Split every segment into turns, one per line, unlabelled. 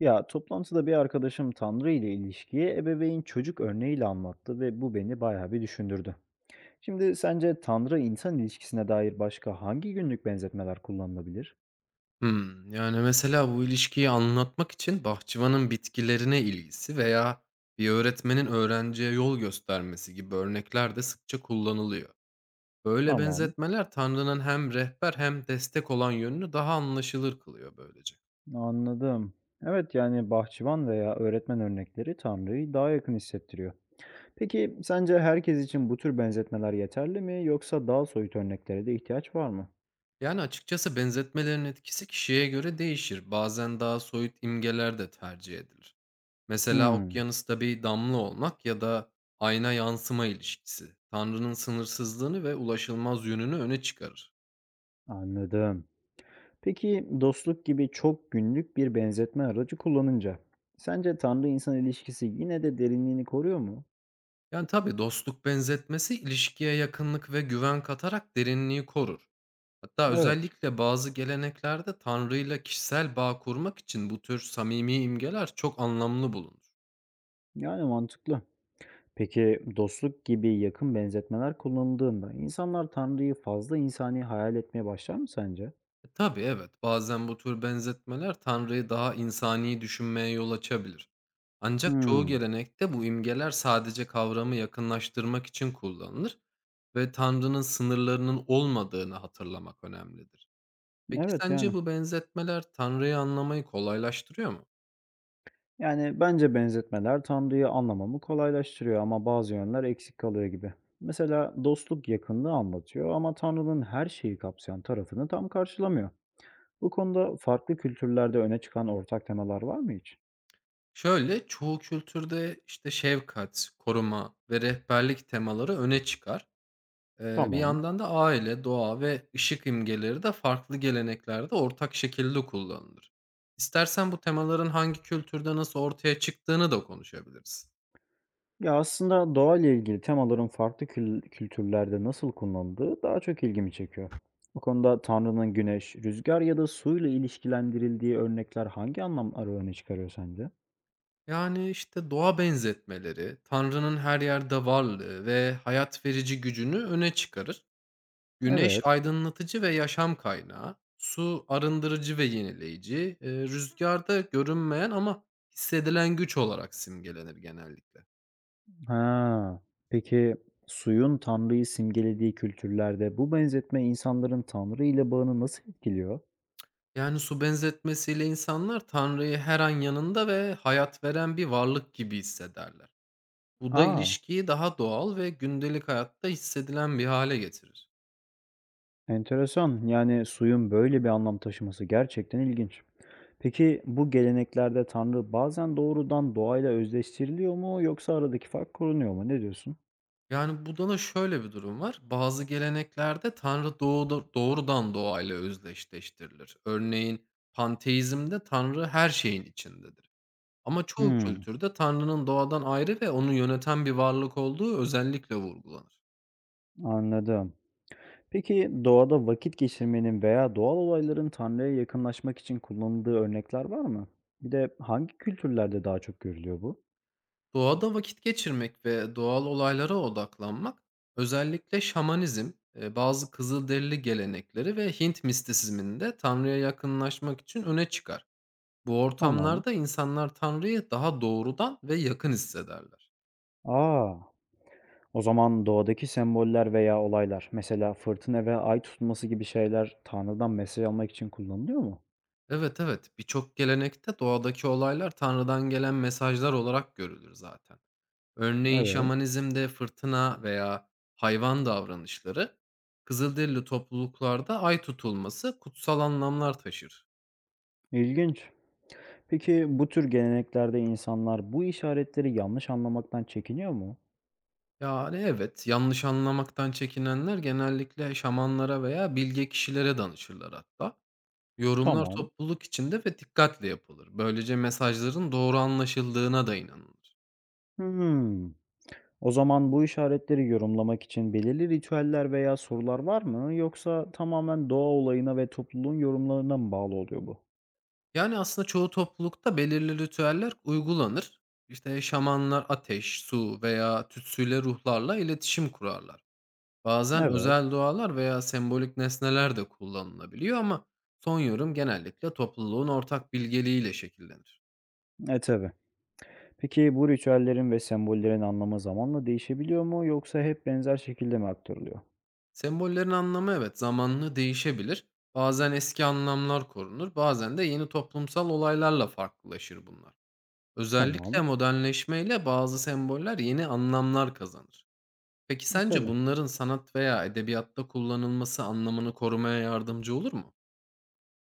Ya toplantıda bir arkadaşım Tanrı ile ilişkiyi ebeveyn çocuk örneğiyle anlattı ve bu beni bayağı bir düşündürdü. Şimdi sence Tanrı insan ilişkisine dair başka hangi günlük benzetmeler kullanılabilir?
Hımm. Yani, mesela bu ilişkiyi anlatmak için bahçıvanın bitkilerine ilgisi veya bir öğretmenin öğrenciye yol göstermesi gibi örnekler de sıkça kullanılıyor. Böyle
Tamam,
benzetmeler Tanrı'nın hem rehber hem destek olan yönünü daha anlaşılır kılıyor böylece.
anladım. Evet yani bahçıvan veya öğretmen örnekleri Tanrı'yı daha yakın hissettiriyor. Peki sence herkes için bu tür benzetmeler yeterli mi yoksa daha soyut örneklere de ihtiyaç var mı?
Yani, açıkçası benzetmelerin etkisi kişiye göre değişir. Bazen daha soyut imgeler de tercih edilir. Mesela
Hmm,
okyanusta bir damla olmak ya da ayna yansıma ilişkisi, Tanrı'nın sınırsızlığını ve ulaşılmaz yönünü öne çıkarır.
anladım. Peki dostluk gibi çok günlük bir benzetme aracı kullanınca sence Tanrı insan ilişkisi yine de derinliğini koruyor mu?
Yani, tabii dostluk benzetmesi ilişkiye yakınlık ve güven katarak derinliği korur. Hatta
Evet,
özellikle bazı geleneklerde Tanrı'yla kişisel bağ kurmak için bu tür samimi imgeler çok anlamlı bulunur.
yani mantıklı. Peki dostluk gibi yakın benzetmeler kullanıldığında insanlar Tanrı'yı fazla insani hayal etmeye başlar mı sence?
Tabii evet, bazen bu tür benzetmeler Tanrı'yı daha insani düşünmeye yol açabilir. Ancak çoğu
Hmm,
gelenekte bu imgeler sadece kavramı yakınlaştırmak için kullanılır ve Tanrı'nın sınırlarının olmadığını hatırlamak önemlidir. Peki
evet
sence
yani.
bu benzetmeler Tanrı'yı anlamayı kolaylaştırıyor mu?
Yani bence benzetmeler Tanrı'yı anlamamı kolaylaştırıyor ama bazı yönler eksik kalıyor gibi. Mesela dostluk yakınlığı anlatıyor ama Tanrı'nın her şeyi kapsayan tarafını tam karşılamıyor. Bu konuda farklı kültürlerde öne çıkan ortak temalar var mı hiç?
Şöyle, çoğu kültürde işte şefkat, koruma ve rehberlik temaları öne çıkar. Bir
Tamam.
yandan da aile, doğa ve ışık imgeleri de farklı geleneklerde ortak şekilde kullanılır. İstersen bu temaların hangi kültürde nasıl ortaya çıktığını da konuşabiliriz.
Ya aslında doğayla ilgili temaların farklı kültürlerde nasıl kullanıldığı daha çok ilgimi çekiyor. Bu konuda Tanrı'nın güneş, rüzgar ya da suyla ilişkilendirildiği örnekler hangi anlamları öne çıkarıyor sence?
Yani işte doğa benzetmeleri, Tanrı'nın her yerde varlığı ve hayat verici gücünü öne çıkarır. Güneş
Evet.
aydınlatıcı ve yaşam kaynağı, su arındırıcı ve yenileyici, rüzgar da görünmeyen ama hissedilen güç olarak simgelenir genellikle.
Ha. Peki suyun Tanrı'yı simgelediği kültürlerde bu benzetme insanların Tanrı ile bağını nasıl etkiliyor?
Yani su benzetmesiyle insanlar Tanrı'yı her an yanında ve hayat veren bir varlık gibi hissederler. Bu da
Aa,
ilişkiyi daha doğal ve gündelik hayatta hissedilen bir hale getirir.
enteresan. Yani suyun böyle bir anlam taşıması gerçekten ilginç. Peki bu geleneklerde Tanrı bazen doğrudan doğayla özdeştiriliyor mu yoksa aradaki fark korunuyor mu? Ne diyorsun?
Yani, burada da şöyle bir durum var. Bazı geleneklerde Tanrı doğuda doğrudan doğayla özdeşleştirilir. Örneğin panteizmde Tanrı her şeyin içindedir. Ama çoğu
Hmm,
kültürde Tanrı'nın doğadan ayrı ve onu yöneten bir varlık olduğu özellikle vurgulanır.
anladım. Peki doğada vakit geçirmenin veya doğal olayların Tanrı'ya yakınlaşmak için kullanıldığı örnekler var mı? Bir de hangi kültürlerde daha çok görülüyor bu?
Doğada vakit geçirmek ve doğal olaylara odaklanmak özellikle şamanizm, bazı Kızılderili gelenekleri ve Hint mistisizminde Tanrı'ya yakınlaşmak için öne çıkar. Bu
Tamam.
ortamlarda insanlar Tanrı'yı daha doğrudan ve yakın hissederler.
Aa, o zaman doğadaki semboller veya olaylar, mesela fırtına ve ay tutulması gibi şeyler Tanrı'dan mesaj almak için kullanılıyor mu?
Evet evet, birçok gelenekte doğadaki olaylar Tanrı'dan gelen mesajlar olarak görülür zaten. Örneğin
Evet,
şamanizmde fırtına veya hayvan davranışları, Kızılderili topluluklarda ay tutulması kutsal anlamlar taşır.
İlginç. Peki bu tür geleneklerde insanlar bu işaretleri yanlış anlamaktan çekiniyor mu?
Yani evet, yanlış anlamaktan çekinenler genellikle şamanlara veya bilge kişilere danışırlar hatta. Yorumlar
Tamam.
topluluk içinde ve dikkatle yapılır. Böylece mesajların doğru anlaşıldığına da inanılır.
Hmm. O zaman bu işaretleri yorumlamak için belirli ritüeller veya sorular var mı? Yoksa tamamen doğa olayına ve topluluğun yorumlarına mı bağlı oluyor bu?
Yani aslında çoğu toplulukta belirli ritüeller uygulanır. İşte şamanlar ateş, su veya tütsüyle ruhlarla iletişim kurarlar. Bazen
Evet.
özel dualar veya sembolik nesneler de kullanılabiliyor ama son yorum genellikle topluluğun ortak bilgeliğiyle şekillenir.
E tabii. Peki bu ritüellerin ve sembollerin anlamı zamanla değişebiliyor mu? Yoksa hep benzer şekilde mi aktarılıyor?
Sembollerin anlamı evet zamanlı değişebilir. Bazen eski anlamlar korunur, bazen de yeni toplumsal olaylarla farklılaşır bunlar. Özellikle
Tamam.
modernleşmeyle bazı semboller yeni anlamlar kazanır. Peki
E
sence
tabii.
bunların sanat veya edebiyatta kullanılması anlamını korumaya yardımcı olur mu?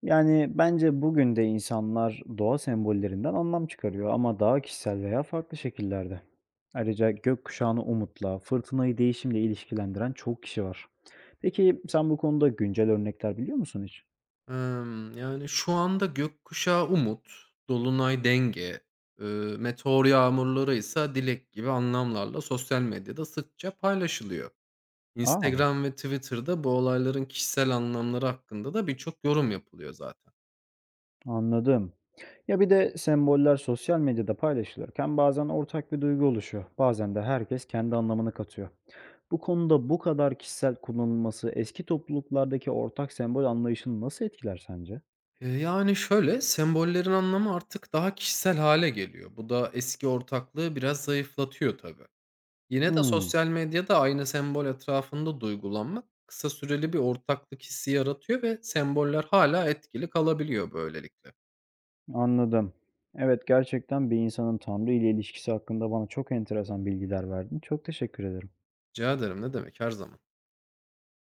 Yani, bence bugün de insanlar doğa sembollerinden anlam çıkarıyor ama daha kişisel veya farklı şekillerde. Ayrıca gökkuşağını umutla, fırtınayı değişimle ilişkilendiren çok kişi var. Peki sen bu konuda güncel örnekler biliyor musun hiç?
Yani şu anda gökkuşağı umut, dolunay denge, meteor yağmurları ise dilek gibi anlamlarla sosyal medyada sıkça paylaşılıyor.
Aa,
Instagram ve Twitter'da bu olayların kişisel anlamları hakkında da birçok yorum yapılıyor zaten.
anladım. Ya, bir de semboller sosyal medyada paylaşılırken bazen ortak bir duygu oluşuyor. Bazen de herkes kendi anlamını katıyor. Bu konuda bu kadar kişisel kullanılması eski topluluklardaki ortak sembol anlayışını nasıl etkiler sence?
Yani şöyle, sembollerin anlamı artık daha kişisel hale geliyor. Bu da eski ortaklığı biraz zayıflatıyor tabii. Yine de
Hıı.
sosyal medyada aynı sembol etrafında duygulanmak kısa süreli bir ortaklık hissi yaratıyor ve semboller hala etkili kalabiliyor böylelikle.
Anladım. Evet, gerçekten bir insanın Tanrı ile ilişkisi hakkında bana çok enteresan bilgiler verdin. Çok teşekkür ederim.
Rica ederim, ne demek, her zaman.